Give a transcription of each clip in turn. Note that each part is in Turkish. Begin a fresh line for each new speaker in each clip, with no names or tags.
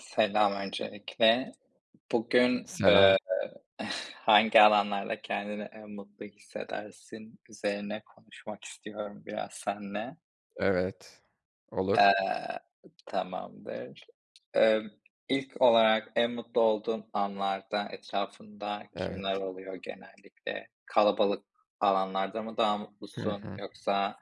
Selam öncelikle. Bugün,
Selam.
eee, hangi alanlarda kendini en mutlu hissedersin üzerine konuşmak istiyorum biraz seninle.
Evet. Olur.
Eee, tamamdır. Emm, ilk olarak en mutlu olduğun anlarda etrafında kimler
Evet.
oluyor genellikle? Kalabalık alanlarda mı daha
Hı
mutlusun
hı.
yoksa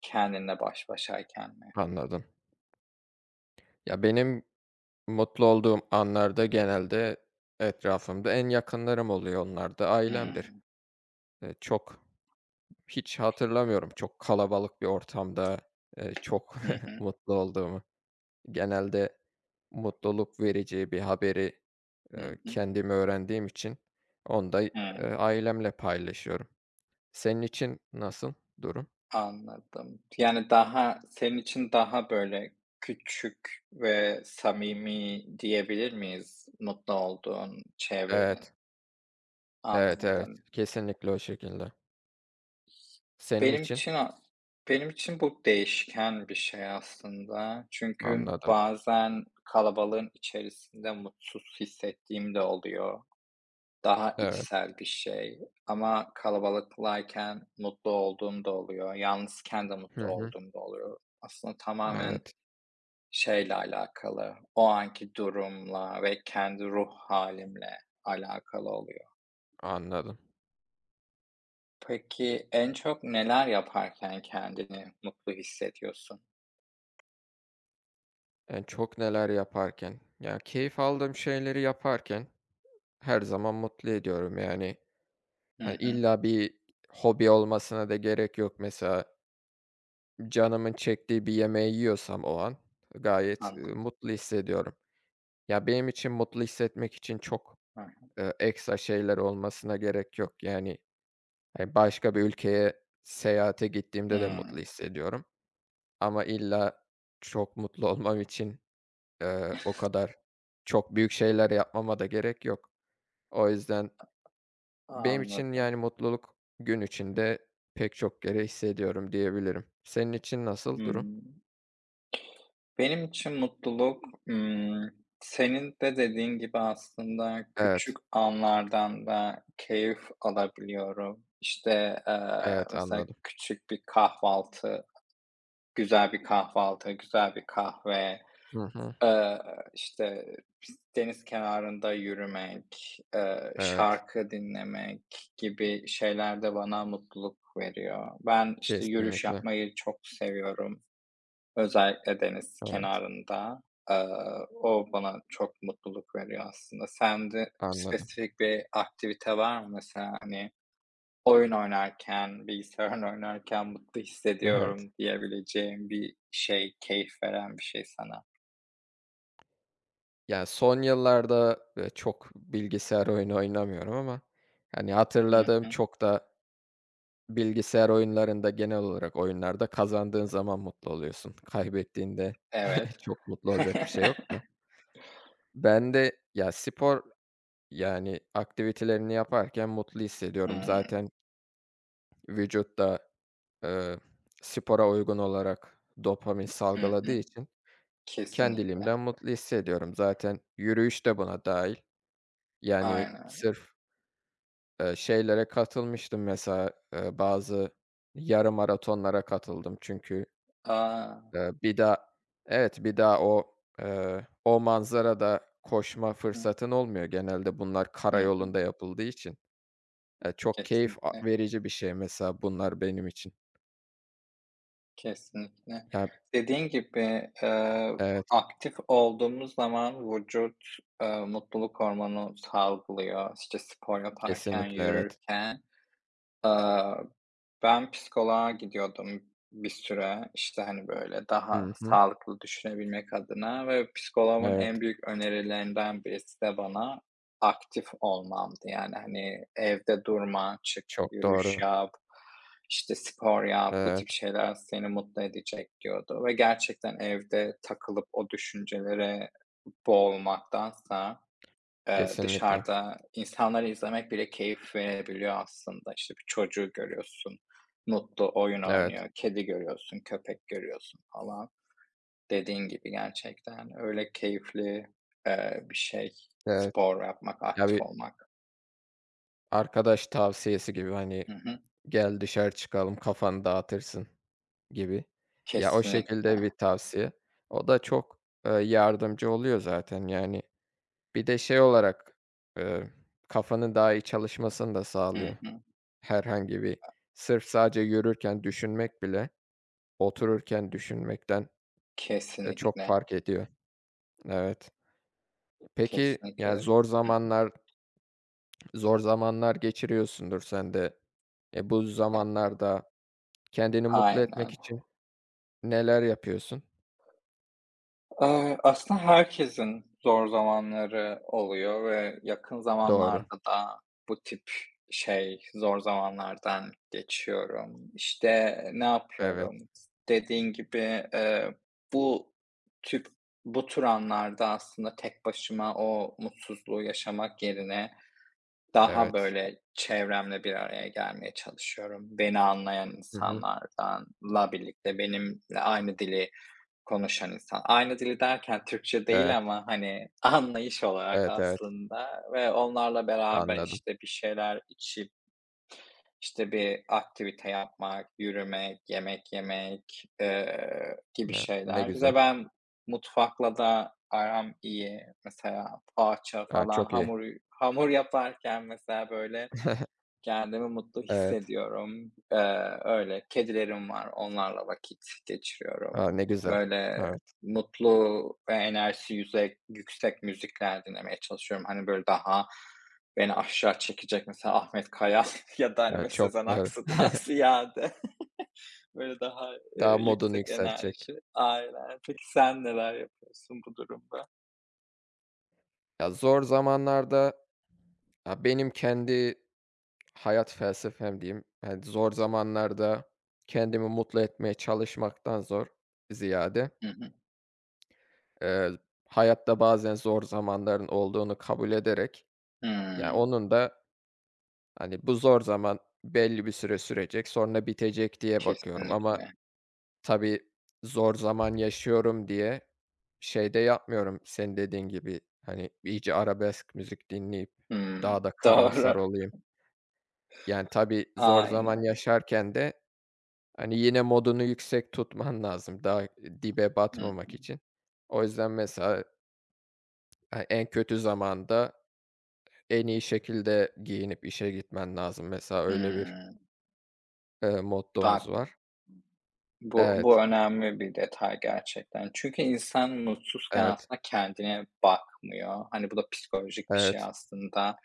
kendinle baş başayken mi?
Anladım. Ya, benim mutlu olduğum anlarda genelde etrafımda en yakınlarım oluyor. Onlar da ailemdir.
Hmm.
Çok hiç hatırlamıyorum çok kalabalık bir ortamda, çok
Hı hı.
mutlu olduğumu. Genelde mutluluk verici bir haberi,
Hı hı.
kendim öğrendiğim için onu da,
Hıı.
ailemle paylaşıyorum. Senin için nasıl durum?
Anladım. Yani daha senin için daha böyle küçük ve samimi diyebilir miyiz mutlu olduğun çevrenin?
Evet. Evet, evet.
Anladım.
Kesinlikle o şekilde. Senin
Benim
için.
için a Benim için bu değişken bir şey aslında. Çünkü
Anladım.
bazen kalabalığın içerisinde mutsuz hissettiğim de oluyor. Daha
Evet.
içsel bir şey ama kalabalıktayken mutlu olduğum da oluyor. Yalnızken de
Hı
mutlu
hı.
olduğum da oluyor. Aslında tamamen
Evet,
şeyle alakalı, o anki durumla ve kendi ruh halimle alakalı oluyor.
anladım.
Peki, en çok neler yaparken kendini mutlu hissediyorsun?
Yani, çok neler yaparken, ya, keyif aldığım şeyleri yaparken her zaman mutlu ediyorum, yani.
Hı
Hani,
hı,
illa bir hobi olmasına da gerek yok. Mesela canımın çektiği bir yemeği yiyorsam o an gayet,
anladım.
mutlu hissediyorum. Ya, benim için mutlu hissetmek için çok,
Hı hı.
ekstra şeyler olmasına gerek yok. Yani, hani, başka bir ülkeye seyahate gittiğimde de mutlu
Hımm,
hissediyorum. Ama illa çok mutlu olmam için, o kadar çok büyük şeyler yapmama da gerek yok. O yüzden benim için, yani,
anladım.
mutluluk gün içinde pek çok kere hissediyorum diyebilirim. Senin için nasıl durum?
Hımm. Benim için mutluluk, ımm, senin de dediğin gibi aslında
Evet,
küçük anlardan da keyif alabiliyorum. İşte,
evet,
mesela
anladım.
küçük bir kahvaltı, güzel bir kahvaltı, güzel bir kahve,
Hı hı.
eee, işte, deniz kenarında yürümek,
Evet,
şarkı dinlemek gibi şeyler de bana mutluluk veriyor. Ben, işte, yürüyüş
kesinlikle.
yapmayı çok seviyorum. Özellikle deniz
Evet,
kenarında. Eee, O bana çok mutluluk veriyor aslında. Sende
anladım.
spesifik bir aktivite var mı mesela? Hani oyun oynarken, bilgisayar oynarken mutlu
Evet.
hissediyorum diyebileceğim bir şey, keyif veren bir şey sana.
Yani son yıllarda, çok bilgisayar oyunu oynamıyorum ama, hani,
Hı
hatırladığım
hı.
çok da bilgisayar oyunlarında genel olarak oyunlarda kazandığın zaman mutlu oluyorsun. Kaybettiğinde
Evet.
çok mutlu olacak bir şey yok da. Ben de ya spor yani aktivitelerini yaparken mutlu hissediyorum.
Hımm.
Zaten vücut da spora uygun olarak dopamin
Hı
salgıladığı
hı.
için
Kesinlikle.
kendiliğimden mutlu hissediyorum. Zaten yürüyüş de buna dahil. Yani
Aynen.
sırf, şeylere katılmıştım mesela, bazı yarım maratonlara katıldım çünkü
A!
Bir daha evet, bir daha o, o manzarada koşma
Hı.
fırsatın olmuyor. Genelde bunlar
Hı hı.
karayolunda yapıldığı için. Çok keyif a
Kesinlikle,
verici bir şey mesela bunlar benim için.
kesinlikle.
Ya,
Dediğin gibi,
evet,
aktif olduğumuz zaman vücut, mutluluk hormonu salgılıyor. İşte, spor yaparken,
kesinlikle, evet.
yürürken. Aaa, ben psikoloğa gidiyordum bir süre, işte, hani, böyle, daha
Hı hı.
sağlıklı düşünebilmek adına ve psikoloğumun
Evet,
en büyük önerilerinden birisi de bana aktif olmamdı. Yani, hani, evde durma, çık,
çok
yürüyüş
doğru.
yap, işte, spor yap, bu tip
Evet,
şeyler seni mutlu edecek diyordu ve gerçekten evde takılıp o düşüncelere boğulmaktansa
kesinlikle.
dışarıda insanları izlemek bile keyif verebiliyor aslında. İşte, bir çocuğu görüyorsun, mutlu oyun
Evet,
oynuyor, kedi görüyorsun, köpek görüyorsun falan. Dediğin gibi gerçekten öyle keyifli, bir şey
evet.
spor yapmak,
Ya,
aktif
bir
olmak.
arkadaş tavsiyesi gibi, hani,
Hı hı.
"Gel dışarı çıkalım, kafanı dağıtırsın." gibi. Ya, o şekilde
Kesinlikle.
bir tavsiye. O da çok, yardımcı oluyor zaten, yani. Bir de şey olarak, eee, kafanın daha iyi çalışmasını da
Hı
sağlıyor.
hı.
Herhangi bir sırf sadece yürürken düşünmek bile otururken düşünmekten, çok
Kesinlikle,
fark ediyor. Evet. Peki,
kesinlikle.
yani zor
Hı hı.
zamanlar zor zamanlar geçiriyorsundur sen de. E, bu zamanlarda kendini mutlu etmek
Aynen.
için neler yapıyorsun?
Aslında herkesin zor zamanları oluyor ve yakın
Doğru.
zamanlarda da bu tip, şey, zor zamanlardan geçiyorum. İşte, ne
Evet,
yapıyorum? Dediğin gibi, eee, bu tip bu tür anlarda aslında tek başıma o mutsuzluğu yaşamak yerine daha,
evet.
böyle, çevremle bir araya gelmeye çalışıyorum. Beni anlayan
Hı hı.
insanlardanla birlikte benimle aynı dili konuşan insan. Aynı dili derken Türkçe
Evet.
değil ama, hani, anlayış olarak
Evet, evet,
aslında ve onlarla beraber,
anladım.
işte, bir şeyler içip, işte, bir aktivite yapmak, yürümek, yemek yemek, gibi
Ya, ne
şeyler. Bir
güzel.
de ben mutfakla da aram iyi. Mesela poğaça
A,
falan
çok iyi.
hamur yaparken mesela, böyle, kendimi mutlu
Evet.
hissediyorum. Öyle, kedilerim var, onlarla vakit geçiriyorum.
A, ne güzel.
Böyle
Evet,
mutlu ve enerjisi yüksek müzikler dinlemeye çalışıyorum. Hani, böyle, daha beni aşağı çekecek mesela Ahmet Kaya ya da, hani, böyle,
evet,
Sezen
çok doğru.
Aksu'dan ziyade böyle daha,
Daha modunu
yüksek
yükseltecek.
enerji. Aynen. Peki sen neler yapıyorsun bu durumda?
Ya, zor zamanlarda, ya, benim kendi hayat felsefem diyeyim, yani, zor zamanlarda kendimi mutlu etmeye çalışmaktan zor ziyade,
Hı hı.
eee, hayatta bazen zor zamanların olduğunu kabul ederek, ya,
Hımm.
onun da, hani, bu zor zaman belli bir süre sürecek, sonra bitecek diye bakıyorum ama
Kesinlikle.
tabii, zor zaman yaşıyorum diye şey de yapmıyorum senin dediğin gibi, hani, iyice arabesk müzik dinleyip daha
Hımm.
da karamsar
Doğru.
olayım. Yani, tabii, zor zaman
Aynen.
yaşarken de, hani, yine modunu yüksek tutman lazım daha dibe
Hı
batmamak için. O yüzden mesela, hani, en kötü zamanda en iyi şekilde giyinip işe gitmen lazım. Mesela öyle bir,
hı.
mottomuz
Bak,
var.
bu
Evet,
önemli bir detay gerçekten. Çünkü insan mutsuzken
evet,
aslında kendine bakmıyor. Hani bu da psikolojik bir şey
evet.
aslında.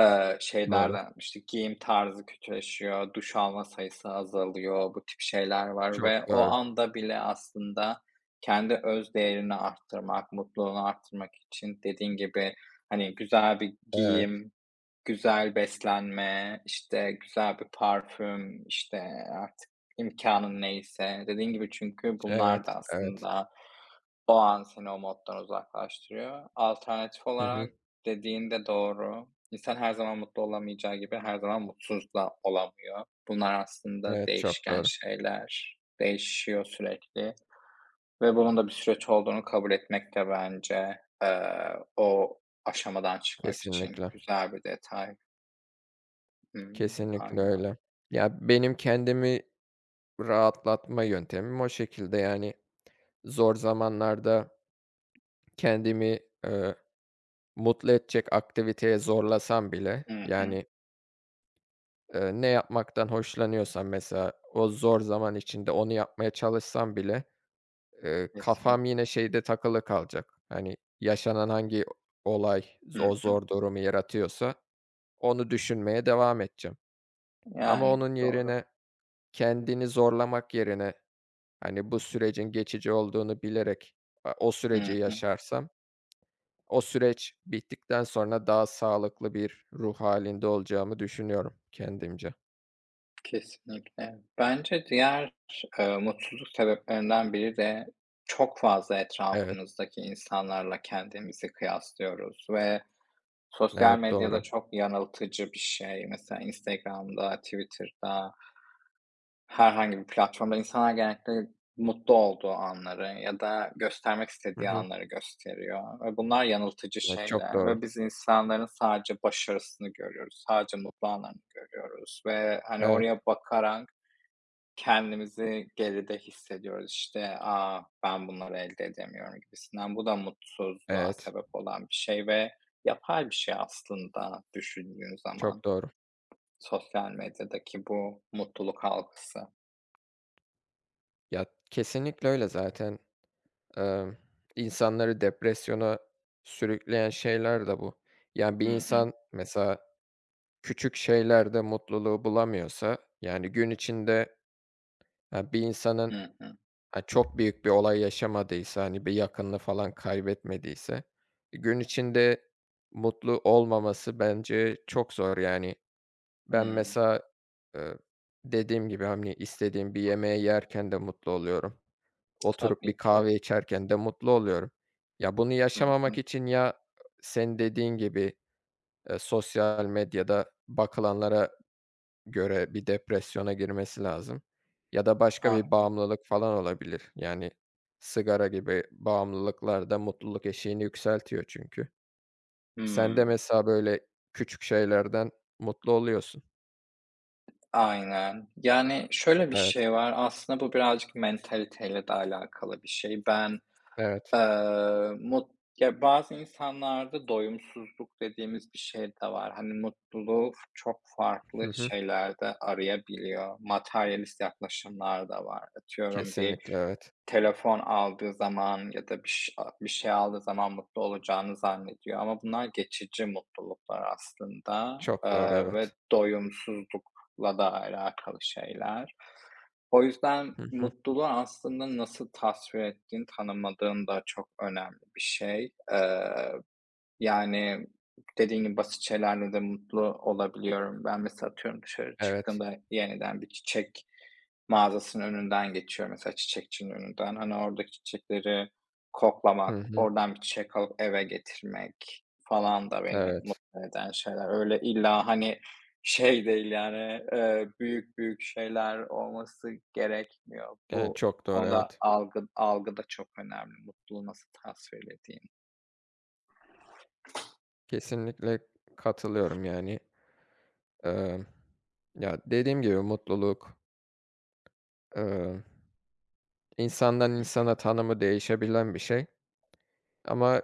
Doğru.
Şeylerden, işte, giyim tarzı kötüleşiyor, duş alma sayısı azalıyor, bu tip şeyler var
Çok
ve o
doğru.
anda bile aslında kendi öz değerini arttırmak, mutluluğunu arttırmak için dediğin gibi, hani, güzel bir
Evet,
giyim, güzel beslenme, işte, güzel bir parfüm, işte, artık imkanın neyse. Dediğin gibi çünkü
evet,
bunlar da
evet.
aslında o an seni o moddan uzaklaştırıyor. Alternatif
Hı hı.
olarak dediğin de doğru. İnsan her zaman mutlu olamayacağı gibi her zaman mutsuz da olamıyor. Bunlar aslında
Evet, çok
değişken
doğru.
şeyler, değişiyor sürekli ve bunun da bir süreç olduğunu kabul etmek de bence, o aşamadan çıkmak için
Kesinlikle.
güzel bir detay. Hımm,
Kesinlikle
aynen.
öyle. Ya, benim kendimi rahatlatma yöntemim o şekilde, yani, zor zamanlarda kendimi, eee, mutlu edecek aktiviteye zorlasam bile,
Hı hı.
yani, ne yapmaktan hoşlanıyorsam mesela o zor zaman içinde onu yapmaya çalışsam bile,
Kesinlikle.
kafam yine şeyde takılı kalacak. Hani, yaşanan hangi olay
Hı
o
hı.
zor durumu yaratıyorsa onu düşünmeye devam edeceğim. Ama
Yani,
onun
doğru.
yerine kendini zorlamak yerine, hani, bu sürecin geçici olduğunu bilerek, a o
Hı
süreci
hı.
yaşarsam, o süreç bittikten sonra daha sağlıklı bir ruh halinde olacağımı düşünüyorum kendimce.
Kesinlikle. Bence diğer, mutsuzluk sebeplerinden biri de çok fazla
Evet,
etrafımızdaki insanlarla kendimizi kıyaslıyoruz ve sosyal
evet, doğru.
medyada çok yanıltıcı bir şey. Mesela Instagram'da, Twitter'da herhangi bir platformda insanlar genellikle mutlu olduğu anları ya da göstermek
Hı
istediği
hı.
anları gösteriyor ve bunlar yanıltıcı
Evet, çok
şeyler
doğru.
ve biz insanların sadece başarısını görüyoruz, sadece mutlu anlarını görüyoruz ve, hani,
Evet,
oraya bakarak kendimizi geride hissediyoruz. İşte, "A, ben bunları elde edemiyorum." gibisinden. Bu da mutsuzluğa
evet,
sebep olan bir şey ve yapay bir şey aslında düşündüğün zaman
çok doğru.
sosyal medyadaki bu mutluluk algısı.
Ya, kesinlikle öyle zaten. Emm, insanları depresyona sürükleyen şeyler de bu. Yani, bir
Hı hı.
insan mesela küçük şeylerde mutluluğu bulamıyorsa, yani, gün içinde ha, bir insanın,
Hı hı.
ha, çok büyük bir olay yaşamadıysa, hani, bir yakınını falan kaybetmediyse, e, gün içinde mutlu olmaması bence çok zor, yani. Ben
Hı.
mesela, eee, dediğim gibi, hani, istediğim bir yemeği yerken de mutlu oluyorum. Oturup bir
Tabii ki.
kahve içerken de mutlu oluyorum. Ya, bunu
Hı
yaşamamak
hı.
için ya, sen dediğin gibi, sosyal medyada bakılanlara göre bir depresyona girmesi lazım ya da başka bir
Aynen.
bağımlılık falan olabilir. Yani sigara gibi bağımlılıklar da mutluluk eşiğini yükseltiyor çünkü. Sen de
Hı.
mesela böyle küçük şeylerden mutlu oluyorsun.
Aynen. Yani, şöyle bir
Evet,
şey var, aslında bu birazcık mentaliteyle de alakalı bir şey. Ben,
evet.
mut ya, bazı insanlarda doyumsuzluk dediğimiz bir şey de var. Hani, mutluluğu çok farklı
Hı hı.
şeylerde arayabiliyor. Materyalist yaklaşımlar da var. Atıyorum bir
Kesinlikle evet.
telefon aldığı zaman ya da bir şey aldığı zaman mutlu olacağını zannediyor ama bunlar geçici mutluluklar aslında,
Çok doğru,
ve
evet.
doyumsuzlukla da alakalı şeyler. O yüzden
Hı hı.
mutluluğu aslında nasıl tasvir ettiğin, tanımadığın da çok önemli bir şey. Yani, dediğin gibi basit şeylerle de mutlu olabiliyorum. Ben mesela atıyorum dışarı
Evet.
çıktığımda yeniden bir çiçek mağazasının önünden geçiyor mesela çiçekçinin önünden. Hani, oradaki çiçekleri
Hı
koklamak,
hı.
oradan bir çiçek alıp eve getirmek falan da beni
Evet.
mutlu eden şeyler. Öyle illa, hani, şey değil yani, büyük büyük şeyler olması gerekmiyor.
Yani
Bu
çok doğru,
konuda
evet.
algı da çok önemli, mutluluğu nasıl tasvir.
Kesinlikle katılıyorum yani. Emm, ya, dediğim gibi mutluluk, emm İnsandan
Hı.
insana tanımı değişebilen bir şey ama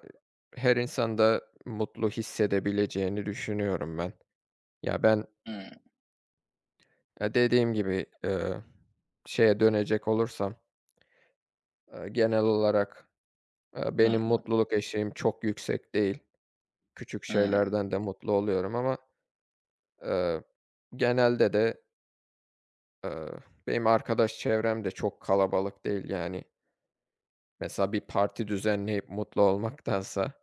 her insanda mutlu hissedebileceğini düşünüyorum ben. Ya, ben,
Hı
dediğim gibi, şeye dönecek olursam, genel olarak,
hı.
benim mutluluk eşiğim çok yüksek değil. Küçük
Hı.
şeylerden de mutlu oluyorum ama, eee, genelde de, eee, benim arkadaş çevrem de çok kalabalık değil. Yani, mesela bir parti düzenleyip mutlu olmaktansa,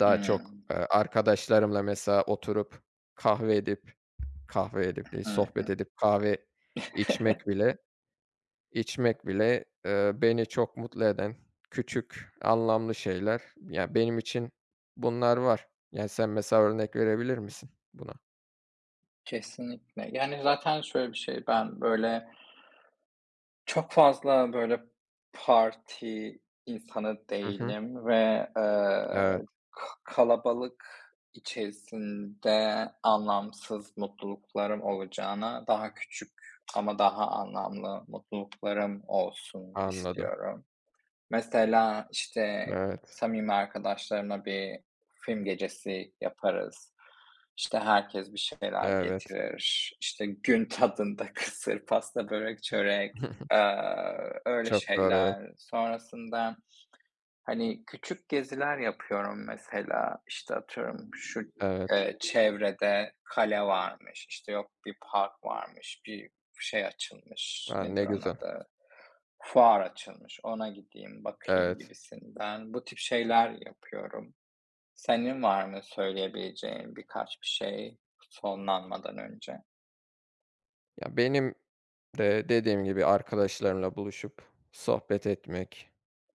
daha
Hı.
çok, arkadaşlarımla mesela oturup kahve edip, değil,
Hı hı.
sohbet edip kahve içmek bile içmek bile, beni çok mutlu eden küçük, anlamlı şeyler. Ya, benim için bunlar var. Yani, sen mesela örnek verebilir misin buna?
Kesinlikle. Yani, zaten şöyle bir şey, ben böyle Çok fazla böyle parti insanı
Hı hı.
değilim ve,
Evet,
kalabalık içerisinde anlamsız mutluluklarım olacağına daha küçük ama daha anlamlı mutluluklarım olsun
anladım.
istiyorum. Mesela, işte,
Evet,
samimi arkadaşlarımla bir film gecesi yaparız. İşte, herkes bir şeyler
evet.
getirir. İşte, gün tadında kısır, pasta, börek, çörek, eee, öyle
Çok doğru, evet.
şeyler. Sonrasında, hani, küçük geziler yapıyorum mesela. İşte, atıyorum şu,
Evet.
çevrede kale varmış, işte, yok bir park varmış, bir şey açılmış,
A,
nedir
ne
onun
güzel.
adı? Fuar açılmış, ona gideyim, bakayım
Evet.
gibisinden. Bu tip şeyler yapıyorum. Senin var mı söyleyebileceğin birkaç bir şey sonlanmadan önce?
Ya, benim de dediğim gibi arkadaşlarımla buluşup sohbet etmek,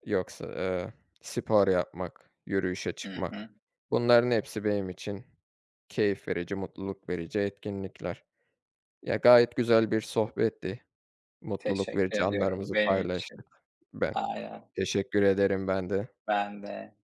yoksa, spor yapmak, yürüyüşe
Hı
çıkmak,
hı.
bunların hepsi benim için keyif verici, mutluluk verici etkinlikler. Ya, gayet güzel bir sohbetti. Mutluluk
Teşekkür
verici
ediyorum
anlarımızı
benim için.
paylaştık. Ben
Aynen,
teşekkür ederim ben de.
ben de.